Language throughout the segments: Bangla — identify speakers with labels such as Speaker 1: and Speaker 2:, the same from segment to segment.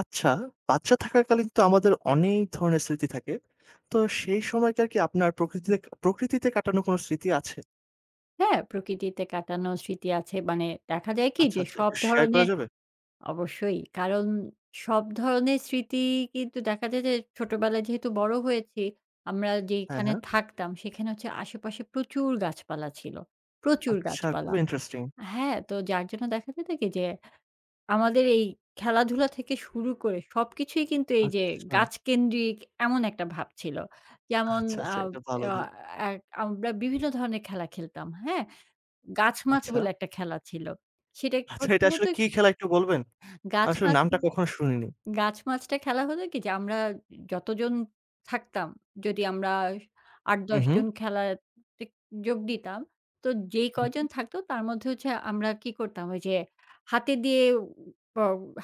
Speaker 1: আচ্ছা, বাচ্চা থাকাকালীন তো আমাদের অনেক ধরনের স্মৃতি থাকে। তো সেই সময়কার কি আপনার প্রকৃতিতে প্রকৃতিতে কাটানো কোনো স্মৃতি আছে?
Speaker 2: হ্যাঁ, প্রকৃতিতে কাটানো স্মৃতি আছে। মানে দেখা যায় কি
Speaker 1: আচ্ছা,
Speaker 2: যে
Speaker 1: আচ্ছা
Speaker 2: সব
Speaker 1: একটু শেয়ার করা
Speaker 2: ধরনের
Speaker 1: যাবে?
Speaker 2: অবশ্যই। কারণ সব ধরনের স্মৃতি কিন্তু দেখা যায় যে ছোটবেলায় যেহেতু বড় হয়েছি, আমরা
Speaker 1: হ্যাঁ,
Speaker 2: যেখানে
Speaker 1: হ্যাঁ।
Speaker 2: থাকতাম সেখানে হচ্ছে আশেপাশে প্রচুর গাছপালা ছিল। প্রচুর
Speaker 1: আচ্ছা,
Speaker 2: গাছপালা।
Speaker 1: খুবই ইন্টারেস্টিং।
Speaker 2: হ্যাঁ, তো যার জন্য দেখা যেত কি যে আমাদের এই খেলাধুলা থেকে শুরু করে সবকিছুই কিন্তু এই যে
Speaker 1: আচ্ছা,
Speaker 2: গাছকেন্দ্রিক এমন একটা ভাব ছিল। যেমন আ
Speaker 1: আচ্ছা এটা ভালো
Speaker 2: আ
Speaker 1: দিক।
Speaker 2: এক আমরা বিভিন্ন ধরনের খেলা খেলতাম। হ্যাঁ? গাছ-মাছ
Speaker 1: আচ্ছা,
Speaker 2: বলে একটা খেলা ছিল। সেটা
Speaker 1: আচ্ছা
Speaker 2: করতে
Speaker 1: এটা আসলে
Speaker 2: হতো
Speaker 1: কি খেলা একটু বলবেন? আমি আসলে
Speaker 2: গাছ-মাছ।
Speaker 1: নামটা কখনো শুনিনি।
Speaker 2: গাছ মাছটা খেলা হতো কি যে আমরা যতজন থাকতাম, যদি আমরা
Speaker 1: হু,
Speaker 2: ৮-১০
Speaker 1: হু,
Speaker 2: জন খেলাতে যোগ দিতাম, তো যেই
Speaker 1: হু, হু।
Speaker 2: কয়জন থাকতো তার মধ্যে হচ্ছে আমরা কি করতাম ওই যে হাতে দিয়ে উ- প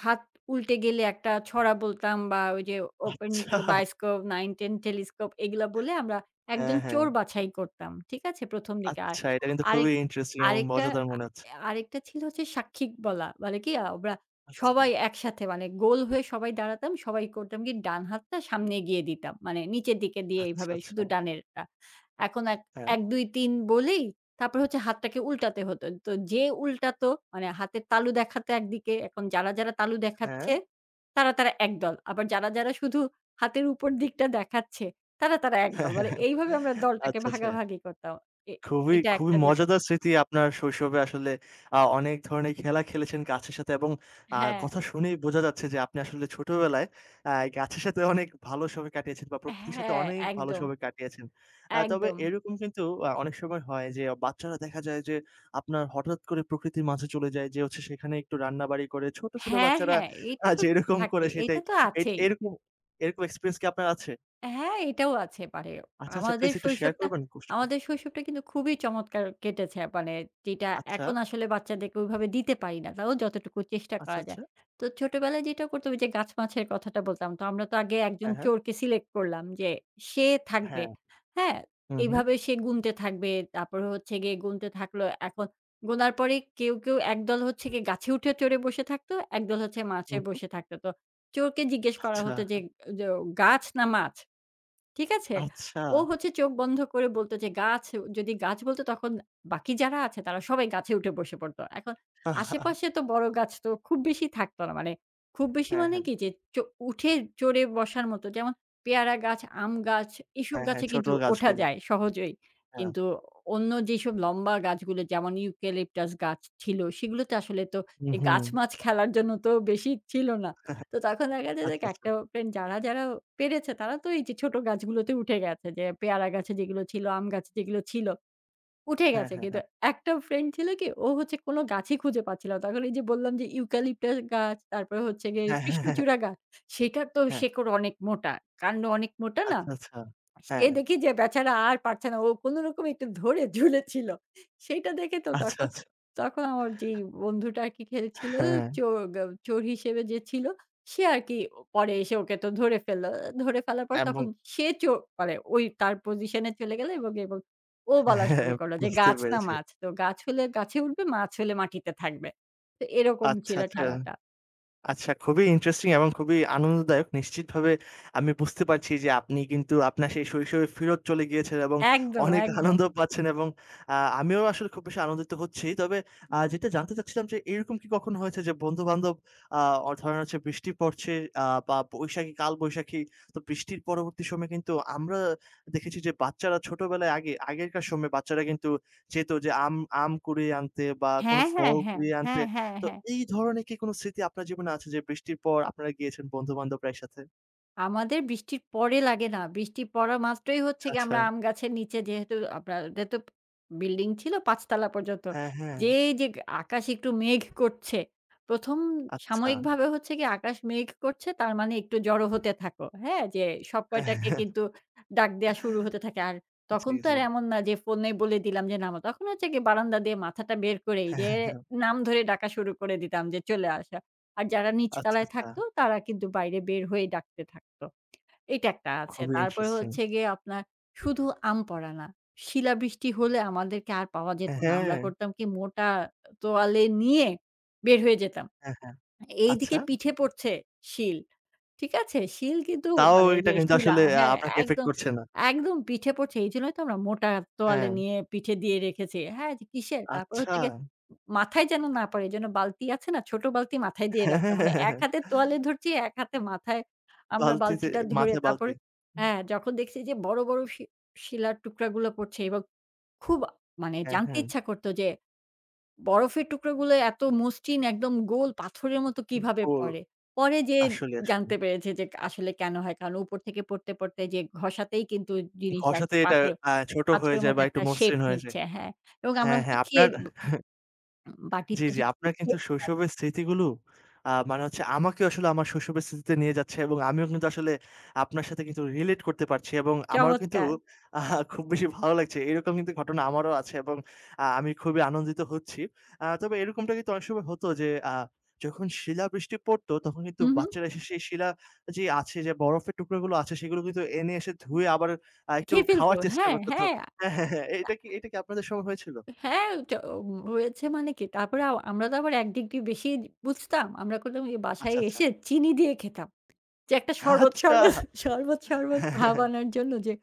Speaker 2: হাত উল্টে গেলে একটা ছড়া বলতাম বা ওই যে ওপেন টু
Speaker 1: আচ্ছা।
Speaker 2: দ্যা বায়োস্কোপ, 9-10 টেলিস্কোপ এগুলা বলে আমরা
Speaker 1: হ্যাঁ,
Speaker 2: একজন
Speaker 1: হ্যাঁ।
Speaker 2: চোর বাছাই করতাম। ঠিক আছে? ১ম দিকে। আর
Speaker 1: আচ্ছা এটা কিন্তু
Speaker 2: আরেক
Speaker 1: খুবই ইন্টারেস্টিং এবং
Speaker 2: আরেকটা
Speaker 1: মজাদার
Speaker 2: আ
Speaker 1: মনে হচ্ছে।
Speaker 2: আরেকটা ছিল হচ্ছে সাক্ষিক বলা। বলে কি আমরা
Speaker 1: আচ্ছা,
Speaker 2: সবাই একসাথে মানে গোল হয়ে সবাই দাঁড়াতাম। সবাই করতাম কি ডান হাতটা সামনে এগিয়ে দিতাম। মানে নিচের দিকে দিয়ে এইভাবে
Speaker 1: আচ্ছা।
Speaker 2: শুধু ডানেরটা। এখন
Speaker 1: হ্যাঁ,
Speaker 2: ১, ২, ৩ বলেই তারপর হচ্ছে হাতটাকে উল্টাতে হতো। তো যে উল্টাতো মানে হাতের তালু দেখাতো একদিকে, এখন যারা তালু
Speaker 1: হ্যাঁ।
Speaker 2: দেখাচ্ছে তারা একদল। আবার যারা শুধু হাতের উপর দিকটা দেখাচ্ছে তারা একদল।
Speaker 1: হ্যাঁ, হ্যাঁ,
Speaker 2: মানে
Speaker 1: হ্যাঁ।
Speaker 2: এইভাবে আমরা দলটাকে
Speaker 1: আচ্ছা, আচ্ছা।
Speaker 2: ভাগাভাগি করতাম। এ
Speaker 1: খুবই,
Speaker 2: এটা
Speaker 1: খুবই
Speaker 2: একটা যেত।
Speaker 1: মজাদার স্মৃতি আপনার শৈশবে আসলে অনেক ধরনের খেলা খেলেছেন গাছের সাথে এবং
Speaker 2: হ্যাঁ,
Speaker 1: কথা শুনেই বোঝা যাচ্ছে যে আপনি আসলে ছোটবেলায় আ গাছের সাথে অনেক ভালো সময় কাটিয়েছেন বা প্রকৃতির সাথে
Speaker 2: হ্যাঁ,
Speaker 1: অনেক ভালো
Speaker 2: একদম,
Speaker 1: সময় কাটিয়েছেন। তবে
Speaker 2: একদম।
Speaker 1: এরকম কিন্তু অনেক সময় হয় যে বাচ্চারা দেখা যায় যে আপনার হঠাৎ করে প্রকৃতির মাঝে চলে যায় যে হচ্ছে সেখানে একটু রান্নাবাড়ি করে ছোট, ছোট
Speaker 2: হ্যাঁ,
Speaker 1: বাচ্চারা
Speaker 2: হ্যাঁ, এইটা তো
Speaker 1: যেরকম
Speaker 2: থাকে।
Speaker 1: করে
Speaker 2: এইটা
Speaker 1: সেটাই
Speaker 2: তো আছেই।
Speaker 1: এরকম, এরকম এক্সপেরিয়েন্স কি আপনার আছে?
Speaker 2: হ্যাঁ, এটাও আছে মানে
Speaker 1: আচ্ছা, আচ্ছা
Speaker 2: আমাদের
Speaker 1: প্লিজ একটু শেয়ার
Speaker 2: শৈশবটা
Speaker 1: করবেন কষ্ট করে?
Speaker 2: আমাদের শৈশবটা কিন্তু খুবই চমৎকার কেটেছে। মানে যেটা
Speaker 1: আচ্ছা,
Speaker 2: এখন আসলে বাচ্চাদেরকে ওইভাবে দিতে পারি না। তাও যতটুকু চেষ্টা করা যায়।
Speaker 1: আচ্ছা।
Speaker 2: তো ছোটবেলায় যেটা করতাম ওই যে গাছ মাছের কথাটা বলতাম। তো আমরা তো আগে একজন
Speaker 1: হ্যাঁ, হ্যাঁ।
Speaker 2: চোরকে সিলেক্ট করলাম যে সে থাকবে।
Speaker 1: হ্যাঁ।
Speaker 2: হ্যাঁ?
Speaker 1: হু, হু,
Speaker 2: এইভাবে সে গুনতে থাকবে। তারপরে হচ্ছে গিয়ে গুনতে থাকলো। এখন গোনার পরে কেউ একদল হচ্ছে গিয়ে গাছে উঠে চড়ে বসে থাকতো, একদল হচ্ছে
Speaker 1: হু,
Speaker 2: মাছে
Speaker 1: হু।
Speaker 2: বসে থাকতো। তো চোরকে জিজ্ঞেস করা
Speaker 1: আচ্ছা,
Speaker 2: হতো যে, য "গাছ না মাছ?" ঠিক আছে?
Speaker 1: আচ্ছা।
Speaker 2: ও হচ্ছে চোখ বন্ধ করে বলত যে গাছ, যদি গাছ বলত তখন বাকি যারা আছে তারা সবাই গাছে উঠে বসে পড়ত। এখন আশেপাশে তো বড় গাছ তো খুব বেশি থাকত না। মানে খুব বেশি
Speaker 1: হ্যাঁ,
Speaker 2: মানে
Speaker 1: হ্যাঁ।
Speaker 2: কি যে চ উঠে চড়ে বসার মতো যেমন পেয়ারা গাছ, আম গাছ এসব
Speaker 1: হ্যাঁ,
Speaker 2: গাছে
Speaker 1: হ্যাঁ, ছোট
Speaker 2: কিন্তু ওঠা
Speaker 1: গাছগুলো।
Speaker 2: যায় সহজেই।
Speaker 1: হ্যাঁ।
Speaker 2: কিন্তু অন্য যেসব লম্বা গাছগুলো যেমন ইউক্যালিপটাস গাছ ছিল সেগুলোতে আসলে তো
Speaker 1: উ
Speaker 2: এই
Speaker 1: হুম।
Speaker 2: গাছ-মাছ খেলার জন্য তো বেশি ছিল না। তো তখন দেখা যায় যে
Speaker 1: আচ্ছা, আচ্ছা।
Speaker 2: ক্যাকটাস ফ্রেন্ড যারা পেরেছে তারা তো এই যে ছোট গাছগুলোতে উঠে গেছে। যে পেয়ারা গাছে যেগুলো ছিল, আম গাছে যেগুলো ছিল উঠে
Speaker 1: হ্যাঁ,
Speaker 2: গেছে।
Speaker 1: হ্যাঁ,
Speaker 2: কিন্তু
Speaker 1: হ্যাঁ।
Speaker 2: একটা ফ্রেন্ড ছিল কি ও হচ্ছে কোন গাছই খুঁজে পাচ্ছিল না। তখন এই যে বললাম যে ইউক্যালিপ্টাস গাছ, তারপরে হচ্ছে গিয়ে
Speaker 1: হ্যাঁ, হ্যাঁ, হ্যাঁ,
Speaker 2: কৃষ্ণচূড়া গাছ সেটা তো
Speaker 1: হ্যাঁ।
Speaker 2: শেকড় অনেক মোটা, কাণ্ড অনেক মোটা না?
Speaker 1: আচ্ছা, আচ্ছা।
Speaker 2: সে
Speaker 1: হ্যাঁ।
Speaker 2: দেখি যে বেচারা আর পারছে না। ও কোনরকমে একটু ধরে ঝুলেছিল। সেইটা দেখে তো
Speaker 1: আচ্ছা,
Speaker 2: তখন,
Speaker 1: আচ্ছা।
Speaker 2: তখন আমার যেই বন্ধুটা আরকি খেলছিল
Speaker 1: হ্যাঁ
Speaker 2: চোর গ চোর হিসেবে যে ছিল, সে আরকি পরে এসে ওকে তো ধরে ফেলল। ধরে ফেলার পর
Speaker 1: এবং
Speaker 2: তখন সে চোর মানে ওই তার পজিশনে চলে গেল এবং ও বলা শুরু
Speaker 1: হ্যাঁ,
Speaker 2: করল যে
Speaker 1: বুঝতে
Speaker 2: গাছ না
Speaker 1: পেরেছি।
Speaker 2: মাছ। তো গাছ হলে গাছে উঠবে, মাছ হলে মাটিতে থাকবে। তো এরকম
Speaker 1: আচ্ছা,
Speaker 2: ছিল
Speaker 1: আচ্ছা।
Speaker 2: খেলাটা।
Speaker 1: আচ্ছা, খুবই ইন্টারেস্টিং এবং খুবই আনন্দদায়ক। নিশ্চিতভাবে আমি বুঝতে পারছি যে আপনি কিন্তু আপনার সেই শৈশবে ফেরত চলে গিয়েছেন এবং
Speaker 2: একদম,
Speaker 1: অনেক
Speaker 2: একদম।
Speaker 1: আনন্দ পাচ্ছেন এবং আ আমিও আসলে খুব বেশি আনন্দিত হচ্ছি। তবে যেটা জানতে চাচ্ছিলাম যে এরকম কি কখনো হয়েছে যে বন্ধু-বান্ধব আ অ ধরেন হচ্ছে বৃষ্টি পড়ছে বা বৈশাখী, কালবৈশাখী তো বৃষ্টির পরবর্তী সময়ে কিন্তু আমরা দেখেছি যে বাচ্চারা ছোটবেলায় আগে আগেরকার সময়ে বাচ্চারা কিন্তু যেত যে আম আম কুড়িয়ে আনতে বা কোন
Speaker 2: হ্যাঁ, হ্যাঁ,
Speaker 1: ফল
Speaker 2: হ্যাঁ,
Speaker 1: কুড়িয়ে আনতে
Speaker 2: হ্যাঁ, হ্যাঁ,
Speaker 1: তো
Speaker 2: হ্যাঁ।
Speaker 1: এই ধরনের কি কোনো স্মৃতি আপনার জীবনে আছে যে বৃষ্টির পর আপনারা গিয়েছেন বন্ধু-বান্ধবরা একসাথে?
Speaker 2: আমাদের বৃষ্টির পরে লাগে না। বৃষ্টি পড়া মাত্রই হচ্ছে
Speaker 1: আচ্ছা,
Speaker 2: গিয়ে
Speaker 1: আচ্ছা।
Speaker 2: আমরা আম গাছের নিচে যেহেতু আপনাদের তো বিল্ডিং ছিল ৫ তলা পর্যন্ত।
Speaker 1: হ্যাঁ, হ্যাঁ।
Speaker 2: যেই যে আকাশ একটু মেঘ করছে। ১ম
Speaker 1: আচ্ছা।
Speaker 2: সাময়িকভাবে হচ্ছে গিয়ে আকাশ মেঘ করছে তার মানে একটু জড়ো হতে থাকো। হ্যাঁ? যে সব কয়টাকে কিন্তু ডাক দেয়া শুরু হতে থাকে। আর তখন
Speaker 1: জি,
Speaker 2: তো
Speaker 1: জি।
Speaker 2: আর এমন না যে ফোনে বলে দিলাম যে নামো। তখন হচ্ছে গিয়ে বারান্দা দিয়ে মাথাটা বের করেই
Speaker 1: হ্যাঁ,
Speaker 2: যে
Speaker 1: হ্যাঁ, হ্যাঁ।
Speaker 2: নাম ধরে ডাকা শুরু করে দিতাম যে চলে আসা। আর যারা
Speaker 1: আচ্ছা,
Speaker 2: নিচতলায়
Speaker 1: আচ্ছা।
Speaker 2: থাকতো তারা কিন্তু বাইরে বের হয়ে ডাকতে থাকতো। এটা একটা আছে।
Speaker 1: খুবই
Speaker 2: তারপরে
Speaker 1: ইন্টারেস্টিং।
Speaker 2: হচ্ছে গিয়ে আপনার শুধু আম পড়া না, শিলাবৃষ্টি হলে আমাদেরকে আর পাওয়া যেত
Speaker 1: হ্যাঁ,
Speaker 2: না। আমরা
Speaker 1: হ্যাঁ,
Speaker 2: করতাম কি মোটা তোয়ালে নিয়ে বের হয়ে যেতাম।
Speaker 1: হ্যাঁ, হ্যাঁ।
Speaker 2: এইদিকে
Speaker 1: আচ্ছা।
Speaker 2: পিঠে পড়ছে শিল। ঠিক আছে? শিল কিন্তু
Speaker 1: তাও
Speaker 2: মানে এই
Speaker 1: এটা
Speaker 2: যে
Speaker 1: কিন্তু
Speaker 2: শিলা
Speaker 1: আসলে
Speaker 2: হ্যাঁ,
Speaker 1: আপনাকে এফেক্ট
Speaker 2: একদম,
Speaker 1: করছে না।
Speaker 2: একদম পিঠে পড়ছে। এইজন্যই তো আমরা মোটা তোয়ালে
Speaker 1: হ্যাঁ।
Speaker 2: নিয়ে পিঠে দিয়ে রেখেছি। হ্যাঁ, যে কিসের? তারপর
Speaker 1: আচ্ছা।
Speaker 2: হচ্ছে গিয়ে মাথায় যেন না পড়ে। এইজন্য বালতি আছে না? ছোট বালতি মাথায় দিয়ে
Speaker 1: হ্যাঁ, হ্যাঁ,
Speaker 2: রাখতাম।
Speaker 1: হ্যাঁ,
Speaker 2: মানে
Speaker 1: হ্যাঁ,
Speaker 2: এক
Speaker 1: হ্যাঁ।
Speaker 2: হাতে তোয়ালে ধরছি, এক হাতে মাথায় আমরা
Speaker 1: বালতিতে
Speaker 2: বালতিটা ধরে
Speaker 1: মাথায়
Speaker 2: তারপর
Speaker 1: বালতি।
Speaker 2: হ্যাঁ, যখন দেখছি যে বড় শিলার টুকরাগুলো পড়ছে এবং খুব মানে
Speaker 1: হ্যাঁ,
Speaker 2: জানতে
Speaker 1: হ্যাঁ।
Speaker 2: ইচ্ছা করত যে বরফের টুকরোগুলো এত মসৃণ একদম গোল পাথরের মতো কিভাবে
Speaker 1: গোল।
Speaker 2: পড়ে? পরে যেয়ে
Speaker 1: আসলে, আসলে।
Speaker 2: জানতে পেরেছে যে আসলে কেন হয়। কারণ উপর থেকে পড়তে যে ঘষাতেই কিন্তু জিনিসটা একটা
Speaker 1: ঘষাতে এটা
Speaker 2: পাথর
Speaker 1: ছোট হয়ে
Speaker 2: পাথরের
Speaker 1: যায়
Speaker 2: মতো
Speaker 1: বা একটু
Speaker 2: একটা শেপ
Speaker 1: মসৃণ হয়ে যায়।
Speaker 2: নিচ্ছে। হ্যাঁ, এবং আমরা
Speaker 1: হ্যাঁ,
Speaker 2: হচ্ছে
Speaker 1: হ্যাঁ।
Speaker 2: খেয়ে
Speaker 1: আপনার জি,
Speaker 2: বাটিতে
Speaker 1: জি।
Speaker 2: যদি
Speaker 1: আপনার কিন্তু
Speaker 2: খেতাম।
Speaker 1: শৈশবের স্মৃতিগুলো মানে হচ্ছে আমাকে আসলে আমার শৈশবের স্মৃতিতে নিয়ে যাচ্ছে এবং আমিও কিন্তু আসলে আপনার সাথে কিন্তু রিলেট করতে পারছি এবং আমারও কিন্তু
Speaker 2: চমৎকার।
Speaker 1: আহা খুব বেশি ভালো লাগছে। এরকম কিন্তু ঘটনা আমারও আছে এবং আমি খুবই আনন্দিত হচ্ছি। তবে এরকমটা কিন্তু অনেক সময় হতো যে যখন শিলাবৃষ্টি পড়তো তখন কিন্তু
Speaker 2: হুম, হুম।
Speaker 1: বাচ্চারা এসে সেই শিলা যে আছে যে বরফের টুকরোগুলো আছে সেগুলো কিন্তু এনে এসে ধুয়ে আবার একটু
Speaker 2: খেয়ে ফেলত।
Speaker 1: খাওয়ার চেষ্টা
Speaker 2: হ্যাঁ,
Speaker 1: করত তো
Speaker 2: হ্যাঁ।
Speaker 1: হ্যাঁ, হ্যাঁ, হ্যাঁ।
Speaker 2: আ
Speaker 1: এটা কি আপনাদের সময় হয়েছিল?
Speaker 2: হ্যাঁ, চ হয়েছে মানে কি? তারপরে আমরা তো আবার ১ ডিগ্রি বেশি বুঝতাম। আমরা করতাম কি বাসায়
Speaker 1: আচ্ছা, আচ্ছা।
Speaker 2: এসে চিনি দিয়ে খেতাম। যে একটা শরবত,
Speaker 1: আচ্ছা!
Speaker 2: শরবত, শরবত, শরবত
Speaker 1: হ্যাঁ, হ্যাঁ,
Speaker 2: ভাব
Speaker 1: হ্যাঁ।
Speaker 2: আনার জন্য যে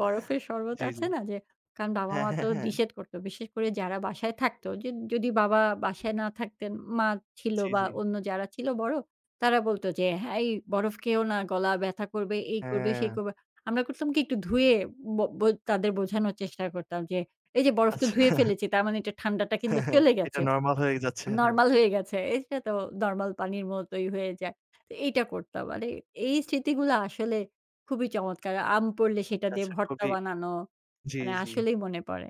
Speaker 2: বরফের শরবত
Speaker 1: জি, জি।
Speaker 2: আছে না? যে কারণ
Speaker 1: হ্যাঁ,
Speaker 2: বাবা-মা
Speaker 1: হ্যাঁ,
Speaker 2: তো
Speaker 1: হ্যাঁ।
Speaker 2: নিষেধ করত। বিশেষ করে যারা বাসায় থাকতো যে যদি বাবা বাসায় না থাকতেন, মা ছিল
Speaker 1: জি,
Speaker 2: বা
Speaker 1: জি।
Speaker 2: অন্য যারা ছিল বড়, তারা বলত যে, "হ্যাঁ, এই বরফ খেও না, গলা ব্যথা করবে, এই করবে,
Speaker 1: হ্যাঁ।
Speaker 2: সেই করবে।" আমরা করতাম কি একটু ধুয়ে ব ব তাদের বোঝানোর চেষ্টা করতাম যে, "এই যে বরফ তো
Speaker 1: আচ্ছা।
Speaker 2: ধুয়ে ফেলেছি, তার মানে এটা ঠান্ডাটা কিন্তু
Speaker 1: হ্যাঁ, হ্যাঁ।
Speaker 2: চলে
Speaker 1: এটা
Speaker 2: গেছে।"
Speaker 1: নরমাল হয়ে যাচ্ছে। হ্যাঁ।
Speaker 2: নরমাল হয়ে গেছে। এটা তো নরমাল পানির মতোই হয়ে যায়। তো এইটা করতাম। মানে এই স্মৃতিগুলো আসলে খুবই চমৎকার। আম পড়লে সেটা
Speaker 1: আচ্ছা,
Speaker 2: দিয়ে
Speaker 1: আচ্ছা।
Speaker 2: ভর্তা
Speaker 1: খুবই
Speaker 2: বানানো,
Speaker 1: জি,
Speaker 2: মানে
Speaker 1: জি।
Speaker 2: আসলেই মনে পড়ে।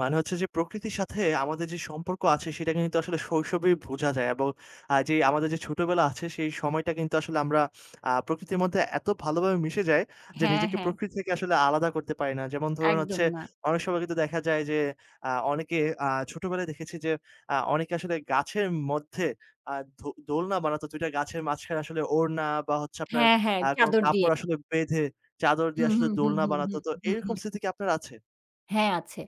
Speaker 1: মানে হচ্ছে যে প্রকৃতির সাথে আমাদের যে সম্পর্ক আছে সেটা কিন্তু আসলে শৈশবেই বোঝা যায় এবং যে আমাদের যে ছোটবেলা আছে সেই সময়টা কিন্তু আসলে আমরা প্রকৃতির মধ্যে এত ভালোভাবে মিশে যাই যে
Speaker 2: হ্যাঁ,
Speaker 1: নিজেকে
Speaker 2: হ্যাঁ।
Speaker 1: প্রকৃতি থেকে আসলে আলাদা করতে পারি না। যেমন ধরুন
Speaker 2: একদম
Speaker 1: হচ্ছে
Speaker 2: না।
Speaker 1: অনেক সময় কিন্তু দেখা যায় যে অনেকে আ ছোটবেলায় দেখেছি যে অনেকে আসলে গাছের মধ্যে আ দো দোলনা বানাতো ২ টা গাছের মাঝখানে আসলে ওড়না বা হচ্ছে আপনার
Speaker 2: হ্যাঁ, হ্যাঁ।
Speaker 1: কোনো
Speaker 2: চাদর দিয়ে।
Speaker 1: কাপড় আসলে বেঁধে চাদর দিয়ে
Speaker 2: হুম,
Speaker 1: আসলে
Speaker 2: হুম, হুম,
Speaker 1: দোলনা
Speaker 2: হুম,
Speaker 1: বানাতো।
Speaker 2: হুম,
Speaker 1: তো
Speaker 2: হুম,
Speaker 1: এরকম
Speaker 2: হুম।
Speaker 1: স্মৃতি কি আপনার আছে?
Speaker 2: হ্যাঁ, আছে।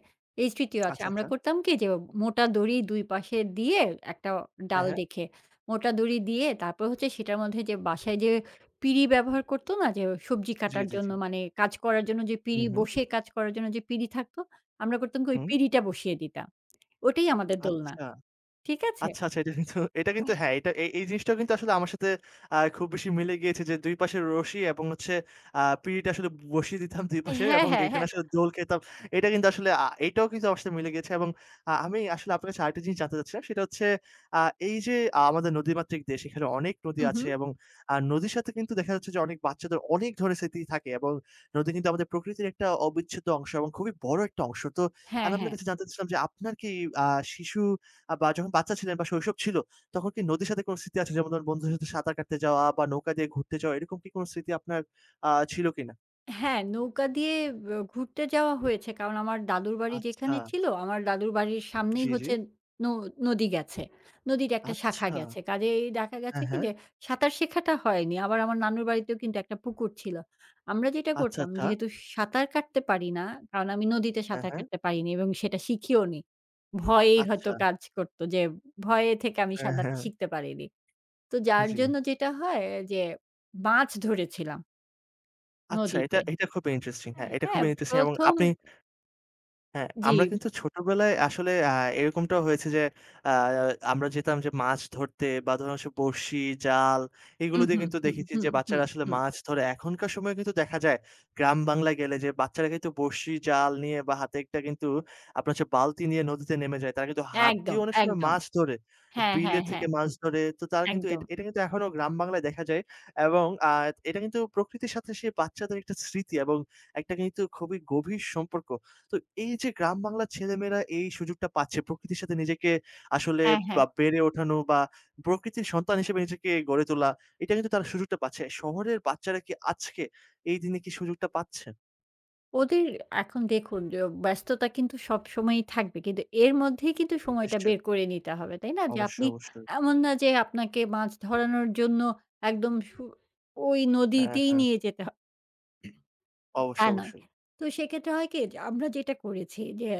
Speaker 2: এই স্মৃতিও আছে।
Speaker 1: আচ্ছা,
Speaker 2: আমরা
Speaker 1: আচ্ছা।
Speaker 2: করতাম কি যে মোটা দড়ি ২ পাশে দিয়ে একটা
Speaker 1: হ্যাঁ,
Speaker 2: ডাল
Speaker 1: হ্যাঁ।
Speaker 2: রেখে, মোটা দড়ি দিয়ে তারপর হচ্ছে সেটার মধ্যে যে বাসায় যে পিঁড়ি ব্যবহার করতো না যে সবজি
Speaker 1: জি,
Speaker 2: কাটার
Speaker 1: জি,
Speaker 2: জন্য
Speaker 1: জি।
Speaker 2: মানে কাজ করার জন্য যে
Speaker 1: হু,
Speaker 2: পিঁড়ি
Speaker 1: হু,
Speaker 2: বসে কাজ করার জন্য যে পিঁড়ি থাকতো, আমরা করতাম কি ওই
Speaker 1: হুম।
Speaker 2: পিঁড়িটা বসিয়ে দিতাম। ওটাই আমাদের দোলনা।
Speaker 1: আচ্ছা।
Speaker 2: ঠিক আছে?
Speaker 1: আচ্ছা, আচ্ছা। এটা কিন্তু হ্যাঁ, এটা এই এই জিনিসটা কিন্তু আসলে আমার সাথে খুব বেশি মিলে গিয়েছে যে ২ পাশে রশি এবং হচ্ছে পিঁড়িটা আসলে বসিয়ে দিতাম ২ পাশে
Speaker 2: হ্যাঁ,
Speaker 1: এবং
Speaker 2: হ্যাঁ,
Speaker 1: এখানে
Speaker 2: হ্যাঁ।
Speaker 1: আসলে দোল খেতাম। এটা কিন্তু আসলে এটাও কিন্তু আমার সাথে মিলে গিয়েছে এবং আমি আসলে আপনার কাছে আরেকটা জিনিস জানতে চাচ্ছিলাম। সেটা হচ্ছে আ এই যে আমাদের নদীমাতৃক দেশ, এখানে অনেক নদী
Speaker 2: হু, হু।
Speaker 1: আছে এবং নদীর সাথে কিন্তু দেখা যাচ্ছে যে অনেক বাচ্চাদের অনেক ধরনের স্মৃতি থাকে এবং নদী কিন্তু আমাদের প্রকৃতির একটা অবিচ্ছেদ্য অংশ এবং খুবই বড় একটা অংশ। তো
Speaker 2: হ্যাঁ,
Speaker 1: আমি
Speaker 2: হ্যাঁ।
Speaker 1: আপনার কাছে জানতে চাচ্ছিলাম যে আপনার কি আ শিশু আ বা যখন বাচ্চা ছিলেন বা শৈশব ছিল, তখন কি নদীর সাথে কোন স্মৃতি আছে? যেমন ধরুন বন্ধুদের সাথে সাঁতার কাটতে যাওয়া বা নৌকা দিয়ে ঘুরতে যাওয়া, এরকম কি কোন স্মৃতি আপনার ছিল কিনা?
Speaker 2: হ্যাঁ, নৌকা দিয়ে ঘুরতে যাওয়া হয়েছে। কারণ আমার দাদুর বাড়ি যেখানে
Speaker 1: আচ্ছা।
Speaker 2: ছিল, আমার দাদুর বাড়ির সামনেই
Speaker 1: জি, জি।
Speaker 2: হচ্ছে ন নদী গেছে। নদীর একটা শাখা
Speaker 1: আচ্ছা।
Speaker 2: গেছে। কাজেই দেখা গেছে
Speaker 1: হ্যাঁ,
Speaker 2: কি
Speaker 1: হ্যাঁ।
Speaker 2: যে সাঁতার শেখাটা হয়নি। আবার আমার নানুর বাড়িতেও কিন্তু একটা পুকুর ছিল। আমরা যেটা
Speaker 1: আচ্ছা,
Speaker 2: করতাম
Speaker 1: আচ্ছা।
Speaker 2: যেহেতু সাঁতার কাটতে পারি না, কারণ আমি নদীতে
Speaker 1: হ্যাঁ,
Speaker 2: সাঁতার
Speaker 1: হ্যাঁ।
Speaker 2: কাটতে পারিনি এবং সেটা শিখিওনি। ভয়েই হয়তো
Speaker 1: আচ্ছা।
Speaker 2: কাজ করত যে ভয়ে থেকে আমি
Speaker 1: হ্যাঁ,
Speaker 2: সাঁতারটা
Speaker 1: হ্যাঁ।
Speaker 2: শিখতে পারিনি। তো যার
Speaker 1: জি।
Speaker 2: জন্য যেটা হয় যে মাছ ধরেছিলাম
Speaker 1: আচ্ছা, এটা
Speaker 2: নদীতে।
Speaker 1: এটা খুবই ইন্টারেস্টিং।
Speaker 2: হ্যাঁ,
Speaker 1: হ্যাঁ, এটা
Speaker 2: হ্যাঁ
Speaker 1: খুবই ইন্টারেস্টিং এবং
Speaker 2: ১ম
Speaker 1: আপনি হ্যাঁ,
Speaker 2: জি।
Speaker 1: আমরা কিন্তু ছোটবেলায় আসলে এরকমটাও হয়েছে যে আ আমরা যেতাম যে মাছ ধরতে বা ধরুন হচ্ছে বড়শি, জাল এগুলো
Speaker 2: হুম,
Speaker 1: দিয়ে
Speaker 2: হুম,
Speaker 1: কিন্তু
Speaker 2: হুম,
Speaker 1: দেখেছি
Speaker 2: হুম,
Speaker 1: যে
Speaker 2: হুম,
Speaker 1: বাচ্চারা আসলে
Speaker 2: হুম।
Speaker 1: মাছ ধরে। এখনকার সময়ে কিন্তু দেখা যায় গ্রাম বাংলায় গেলে যে বাচ্চারা কিন্তু বড়শি, জাল নিয়ে বা হাতে একটা কিন্তু আপনার হচ্ছে বালতি নিয়ে নদীতে নেমে যায়। তারা কিন্তু হাত
Speaker 2: একদম,
Speaker 1: দিয়ে অনেক সময়
Speaker 2: একদম।
Speaker 1: মাছ ধরে।
Speaker 2: হ্যাঁ,
Speaker 1: বিলে
Speaker 2: হ্যাঁ, হ্যাঁ।
Speaker 1: থেকে মাছ ধরে। তো তারা কিন্তু
Speaker 2: একদম।
Speaker 1: এটা কিন্তু এখনো গ্রাম বাংলায় দেখা যায় এবং এটা কিন্তু প্রকৃতির সাথে সেই বাচ্চাদের একটা স্মৃতি এবং একটা কিন্তু খুবই গভীর সম্পর্ক। তো এই যে গ্রাম বাংলার ছেলেমেয়েরা এই সুযোগটা পাচ্ছে প্রকৃতির সাথে নিজেকে আসলে
Speaker 2: হ্যাঁ, হ্যাঁ।
Speaker 1: বা বেড়ে ওঠানো বা প্রকৃতির সন্তান হিসেবে নিজেকে গড়ে তোলা, এটা কিন্তু তারা সুযোগটা পাচ্ছে। শহরের বাচ্চারা কি আজকে এই দিনে কি সুযোগটা পাচ্ছে?
Speaker 2: ওদের এখন দেখুন যে ব্যস্ততা কিন্তু সবসময়ই থাকবে। কিন্তু এর মধ্যেই কিন্তু সময়টা
Speaker 1: নিশ্চয়ই।
Speaker 2: বের করে নিতে হবে। তাই না? যে আপনি
Speaker 1: অবশ্যই, অবশ্যই।
Speaker 2: এমন না যে আপনাকে মাছ ধরানোর জন্য একদম ওই
Speaker 1: হ্যাঁ,
Speaker 2: নদীতেই
Speaker 1: হ্যাঁ।
Speaker 2: নিয়ে যেতে হবে। তা
Speaker 1: অবশ্যই,
Speaker 2: নয়।
Speaker 1: অবশ্যই।
Speaker 2: তো সেক্ষেত্রে হয় কি? যে আমরা যেটা করেছি যে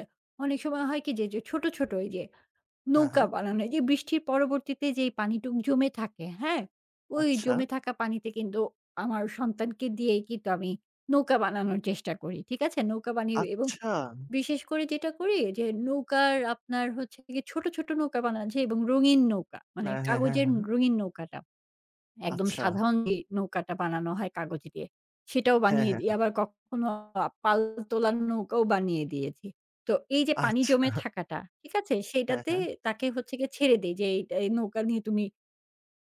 Speaker 2: অনেক সময় হয় কি? যে ছোট ওই যে
Speaker 1: হ্যাঁ,
Speaker 2: নৌকা
Speaker 1: হ্যাঁ।
Speaker 2: বানানো হয় যে বৃষ্টির পরবর্তীতে যেই পানিটুক জমে থাকে, হ্যাঁ? ওই
Speaker 1: আচ্ছা,
Speaker 2: জমে থাকা পানিতে কিন্তু আমার সন্তানকে দিয়েই কিন্তু আমি নৌকা বানানোর চেষ্টা করি। ঠিক আছে? নৌকা বানিয়ে এবং
Speaker 1: আচ্ছা।
Speaker 2: বিশেষ করে যেটা করি যে নৌকার আপনার হচ্ছে গিয়ে ছোট, ছোট নৌকা বানানো যায় এবং রঙিন নৌকা মানে
Speaker 1: হ্যাঁ, হ্যাঁ, হ্যাঁ,
Speaker 2: কাগজের
Speaker 1: হ্যাঁ।
Speaker 2: রঙিন নৌকাটা। একদম
Speaker 1: আচ্ছা।
Speaker 2: সাধারণ যে নৌকাটা বানানো হয় কাগজ দিয়ে, সেটাও
Speaker 1: হ্যাঁ,
Speaker 2: বানিয়ে
Speaker 1: হ্যাঁ।
Speaker 2: দিই। আবার কখনো পাল তোলার নৌকাও বানিয়ে দিয়েছি। তো এই যে পানি
Speaker 1: আচ্ছা।
Speaker 2: জমে থাকাটা, ঠিক আছে?
Speaker 1: হ্যাঁ,
Speaker 2: সেইটাতে
Speaker 1: হ্যাঁ।
Speaker 2: তাকে হচ্ছে গিয়ে ছেড়ে দেই যে, "এইটা এই নৌকা নিয়ে তুমি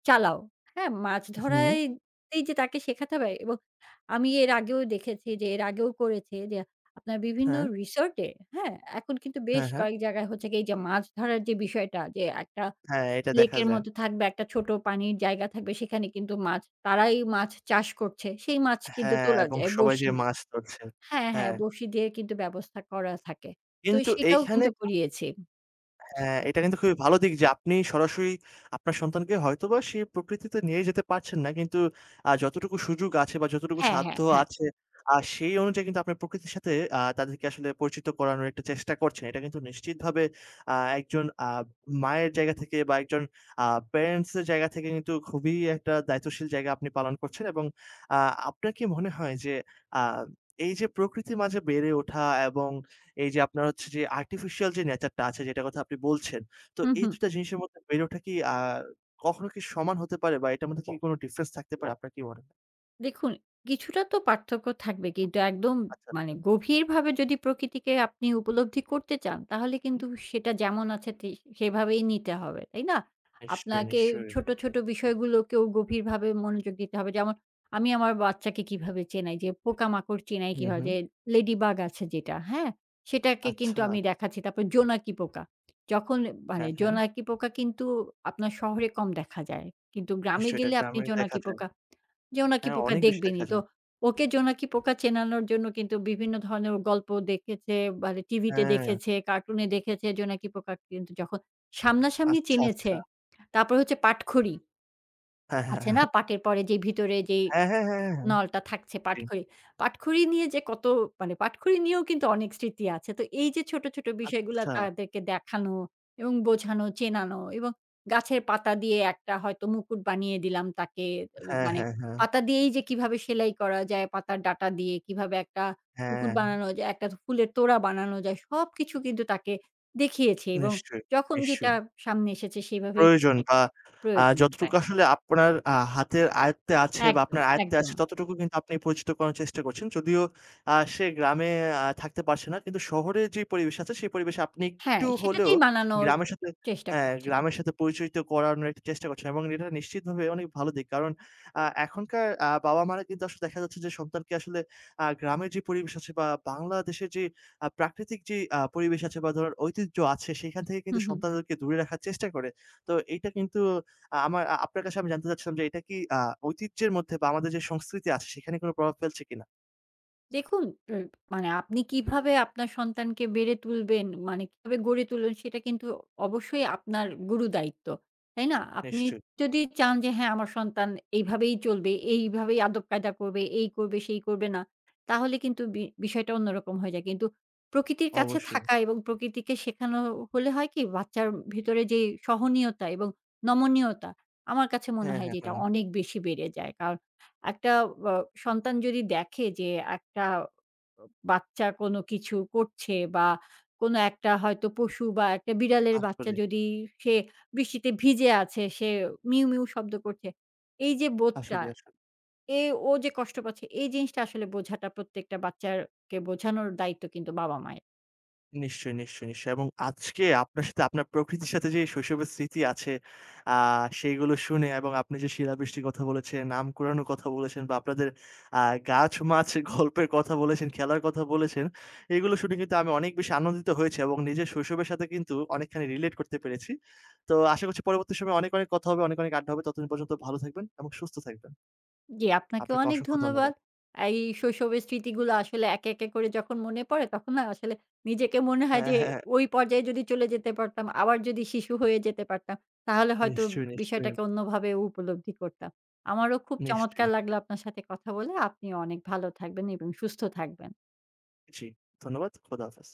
Speaker 2: চালাও।" হ্যাঁ? মাছ
Speaker 1: হুম।
Speaker 2: ধরায় তেই যে তাকে শেখাতে হবে এবং আমি এর আগেও দেখেছি যে এর আগেও করেছি যে আপনার বিভিন্ন
Speaker 1: হ্যাঁ,
Speaker 2: রিসোর্ট এ, হ্যাঁ? এখন কিন্তু বেশ
Speaker 1: হ্যাঁ, হ্যাঁ।
Speaker 2: কয়েক জায়গায় হচ্ছে গিয়ে এই যে মাছ ধরার যে বিষয়টা যে একটা
Speaker 1: হ্যাঁ, এটা দেখা
Speaker 2: লেকের
Speaker 1: যায়।
Speaker 2: মতো থাকবে, একটা ছোট পানির জায়গা থাকবে সেখানে কিন্তু মাছ তারাই মাছ চাষ করছে। সেই মাছ কিন্তু
Speaker 1: হ্যাঁ,
Speaker 2: তোলা
Speaker 1: এবং
Speaker 2: যায়
Speaker 1: সবাই
Speaker 2: বড়শি।
Speaker 1: যেয়ে মাছ ধরছে।
Speaker 2: হ্যাঁ, হ্যাঁ,
Speaker 1: হ্যাঁ।
Speaker 2: বড়শি দিয়ে কিন্তু ব্যবস্থা করা থাকে। তো
Speaker 1: কিন্তু
Speaker 2: সেটাও
Speaker 1: এইখানে
Speaker 2: কিন্তু করিয়েছি।
Speaker 1: হ্যাঁ, এটা কিন্তু খুবই ভালো দিক যে আপনি সরাসরি আপনার সন্তানকে হয়তোবা সেই প্রকৃতিতে নিয়ে যেতে পারছেন না। কিন্তু যতটুকু সুযোগ আছে বা যতটুকু
Speaker 2: হ্যাঁ, হ্যাঁ,
Speaker 1: সাধ্য
Speaker 2: হ্যাঁ।
Speaker 1: আছে, সেই অনুযায়ী কিন্তু আপনি প্রকৃতির সাথে তাদেরকে আসলে পরিচিত করানোর একটা চেষ্টা করছেন। এটা কিন্তু নিশ্চিতভাবে একজন মায়ের জায়গা থেকে বা একজন আ প্যারেন্টস এর জায়গা থেকে কিন্তু খুবই একটা দায়িত্বশীল জায়গা আপনি পালন করছেন এবং আ আপনার কি মনে হয় যে আ এই যে প্রকৃতির মাঝে বেড়ে ওঠা এবং এই যে আপনার হচ্ছে যে আর্টিফিশিয়াল যে নেচারটা আছে যেটার কথা আপনি বলছেন, তো
Speaker 2: হু,
Speaker 1: এই
Speaker 2: হু।
Speaker 1: ২ টা জিনিসের মধ্যে বেরোটা কি কখনো কি সমান হতে পারে বা এটার মধ্যে কি কোনো ডিফারেন্স থাকতে পারে? আপনার কি মনে হয়?
Speaker 2: দেখুন, কিছুটা তো পার্থক্য থাকবে। কিন্তু একদম
Speaker 1: আচ্ছা,
Speaker 2: মানে
Speaker 1: আচ্ছা।
Speaker 2: গভীরভাবে যদি প্রকৃতিকে আপনি উপলব্ধি করতে চান, তাহলে
Speaker 1: হুম,
Speaker 2: কিন্তু সেটা যেমন আছে তে সেভাবেই নিতে হবে, তাই না?
Speaker 1: নিশ্চয়ই,
Speaker 2: আপনাকে
Speaker 1: নিশ্চয়ই।
Speaker 2: ছোট, ছোট বিষয়গুলোকেও গভীরভাবে মনোযোগ দিতে হবে। যেমন আমি আমার বাচ্চাকে কিভাবে চেনাই? যে পোকামাকড় চেনাই
Speaker 1: হুম,
Speaker 2: কিভাবে?
Speaker 1: হুম।
Speaker 2: যে লেডিবাগ আছে যেটা, হ্যাঁ? সেটাকে কিন্তু
Speaker 1: আচ্ছা।
Speaker 2: আমি দেখাচ্ছি। তারপর জোনাকি পোকা। যখন মানে
Speaker 1: হ্যাঁ, হ্যাঁ।
Speaker 2: জোনাকি পোকা কিন্তু আপনার শহরে কম দেখা যায়। কিন্তু গ্রামে
Speaker 1: নিশ্চয়ই এটা
Speaker 2: গেলে আপনি
Speaker 1: গ্রামে দেখা
Speaker 2: জোনাকি
Speaker 1: যায়।
Speaker 2: পোকা জোনাকি
Speaker 1: হ্যাঁ,
Speaker 2: পোকা
Speaker 1: অনেক বেশি দেখা
Speaker 2: দেখবেনই। তো
Speaker 1: যায়।
Speaker 2: ওকে জোনাকি পোকা চেনানোর জন্য কিন্তু বিভিন্ন ধরনের ও গল্প দেখেছে, মানে টিভিতে
Speaker 1: হ্যাঁ,
Speaker 2: দেখেছে, কার্টুনে দেখেছে জোনাকি পোকা কিন্তু যখন সামনাসামনি
Speaker 1: আচ্ছা,
Speaker 2: চিনেছে।
Speaker 1: আচ্ছা।
Speaker 2: তারপরে হচ্ছে পাটখড়ি।
Speaker 1: হ্যাঁ, হ্যাঁ,
Speaker 2: আছে না
Speaker 1: হ্যাঁ।
Speaker 2: পাটের পরে যে ভিতরে যেই
Speaker 1: হ্যাঁ, হ্যাঁ, হ্যাঁ, হ্যাঁ।
Speaker 2: নলটা থাকছে
Speaker 1: জি।
Speaker 2: পাটখড়ি। পাটখড়ি নিয়ে যে কত মানে পাটখড়ি নিয়েও কিন্তু অনেক স্মৃতি আছে। তো এই যে ছোট, ছোট বিষয়গুলা
Speaker 1: আচ্ছা।
Speaker 2: তাদেরকে দেখানো এবং বোঝানো, চেনানো এবং গাছের পাতা দিয়ে একটা হয়তো মুকুট বানিয়ে দিলাম তাকে
Speaker 1: হ্যাঁ,
Speaker 2: মানে
Speaker 1: হ্যাঁ, হ্যাঁ।
Speaker 2: পাতা দিয়েই যে কিভাবে সেলাই করা যায়, পাতার ডাঁটা দিয়ে কিভাবে একটা মুকুট
Speaker 1: হ্যাঁ,
Speaker 2: বানানো যায়, একটা ফুলের তোড়া বানানো যায় সবকিছু কিন্তু তাকে দেখিয়েছি এবং
Speaker 1: নিশ্চয়ই,
Speaker 2: যখন যেটা
Speaker 1: নিশ্চয়ই।
Speaker 2: সামনে এসেছে সেভাবেই
Speaker 1: প্রয়োজন
Speaker 2: সেটাকে
Speaker 1: বা
Speaker 2: প্রয়োজন অনুযায়ী।
Speaker 1: যতটুকু আসলে আপনার হাতের আয়ত্তে আছে বা
Speaker 2: একদম,
Speaker 1: আপনার আয়ত্তে
Speaker 2: একদম।
Speaker 1: আছে ততটুকু কিন্তু আপনি পরিচিত করানোর চেষ্টা করছেন। যদিও সে গ্রামে থাকতে পারছে না। কিন্তু শহরের যে পরিবেশ আছে সেই পরিবেশে আপনি
Speaker 2: হ্যাঁ,
Speaker 1: একটু হলেও
Speaker 2: সেটাতেই বানানোর
Speaker 1: গ্রামের সাথে
Speaker 2: চেষ্টা
Speaker 1: হ্যাঁ,
Speaker 2: করছি।
Speaker 1: গ্রামের সাথে পরিচিত করানোর একটা চেষ্টা করছেন এবং এটা নিশ্চিতভাবে অনেক ভালো দিক। কারণ এখনকার বাবা-মারা কিন্তু আসলে দেখা যাচ্ছে যে সন্তানকে আসলে গ্রামের যে পরিবেশ আছে বা বাংলাদেশের যে প্রাকৃতিক যে পরিবেশ আছে বা ধরেন ঐতিহ্য আছে সেখান থেকে
Speaker 2: হু,
Speaker 1: কিন্তু
Speaker 2: হু।
Speaker 1: সন্তানদেরকে দূরে রাখার চেষ্টা করে। তো এইটা কিন্তু আমার আপনার কাছে আমি জানতে চাচ্ছিলাম যে এটা কি ঐতিহ্যের মধ্যে বা আমাদের যে সংস্কৃতি আছে সেখানে কোন প্রভাব ফেলছে কিনা?
Speaker 2: দেখুন, এ মানে আপনি কিভাবে আপনার সন্তানকে বেড়ে তুলবেন, মানে কিভাবে গড়ে তুলবেন সেটা কিন্তু অবশ্যই আপনার গুরু দায়িত্ব। তাই না? আপনি
Speaker 1: নিশ্চয়ই,
Speaker 2: যদি চান যে হ্যাঁ, আমার সন্তান এইভাবেই চলবে, এইভাবেই আদব-কায়দা করবে, এই করবে, সেই করবে না, তাহলে কিন্তু বিষয়টা অন্যরকম হয়ে যায়। কিন্তু প্রকৃতির কাছে
Speaker 1: অবশ্যই।
Speaker 2: থাকা এবং প্রকৃতিকে শেখানো হলে হয় কি বাচ্চার ভিতরে যে সহনীয়তা এবং নমনীয়তা, আমার কাছে মনে
Speaker 1: হ্যাঁ,
Speaker 2: হয় যে
Speaker 1: হ্যাঁ,
Speaker 2: এটা
Speaker 1: হ্যাঁ।
Speaker 2: অনেক বেশি বেড়ে যায়। কারণ একটা আ সন্তান যদি দেখে যে একটা বাচ্চা কোনো কিছু করছে বা কোনো একটা হয়তো পশু বা একটা বিড়ালের বাচ্চা
Speaker 1: আসলেই,
Speaker 2: যদি সে বৃষ্টিতে ভিজে আছে, সে মিউ, মিউ শব্দ করছে। এই যে বোধটা,
Speaker 1: আসলেই, আসলেই।
Speaker 2: এ ও যে কষ্ট পাচ্ছে এই জিনিসটা আসলে বোঝাটা প্রত্যেকটা বাচ্চাকে বোঝানোর দায়িত্ব কিন্তু বাবা-মায়ের।
Speaker 1: নিশ্চয়ই, নিশ্চয়ই, নিশ্চয়ই। এবং আজকে আপনার সাথে আপনার প্রকৃতির সাথে যে শৈশবের স্মৃতি আছে, আ সেইগুলো শুনে এবং আপনি যে শিলাবৃষ্টির কথা বলেছেন, আম কুড়ানোর কথা বলেছেন বা আপনাদের আ গাছ-মাছ গল্পের কথা বলেছেন, খেলার কথা বলেছেন, এগুলো শুনে কিন্তু আমি অনেক বেশি আনন্দিত হয়েছি এবং নিজের শৈশবের সাথে কিন্তু অনেকখানি রিলেট করতে পেরেছি। তো আশা করছি পরবর্তী সময়ে অনেক, অনেক কথা হবে, অনেক, অনেক আড্ডা হবে। ততদিন পর্যন্ত ভালো থাকবেন এবং সুস্থ থাকবেন।
Speaker 2: জি, আপনাকেও
Speaker 1: আপনাকে
Speaker 2: অনেক
Speaker 1: অসংখ্য
Speaker 2: ধন্যবাদ।
Speaker 1: ধন্যবাদ।
Speaker 2: এই শৈশবের স্মৃতিগুলো আসলে একে, একে করে যখন মনে পড়ে তখন না আসলে নিজেকে মনে হয়
Speaker 1: হ্যাঁ,
Speaker 2: যে
Speaker 1: হ্যাঁ, হ্যাঁ,
Speaker 2: ওই পর্যায়ে যদি চলে যেতে পারতাম, আবার যদি শিশু হয়ে যেতে পারতাম, তাহলে হয়তো
Speaker 1: নিশ্চয়ই, নিশ্চয়ই,
Speaker 2: বিষয়টাকে অন্যভাবে উপলব্ধি করতাম। আমারও খুব চমৎকার
Speaker 1: নিশ্চয়ই।
Speaker 2: লাগলো আপনার সাথে কথা বলে। আপনিও অনেক ভালো থাকবেন এবং সুস্থ থাকবেন।
Speaker 1: জি, ধন্যবাদ। খোদা হাফেজ।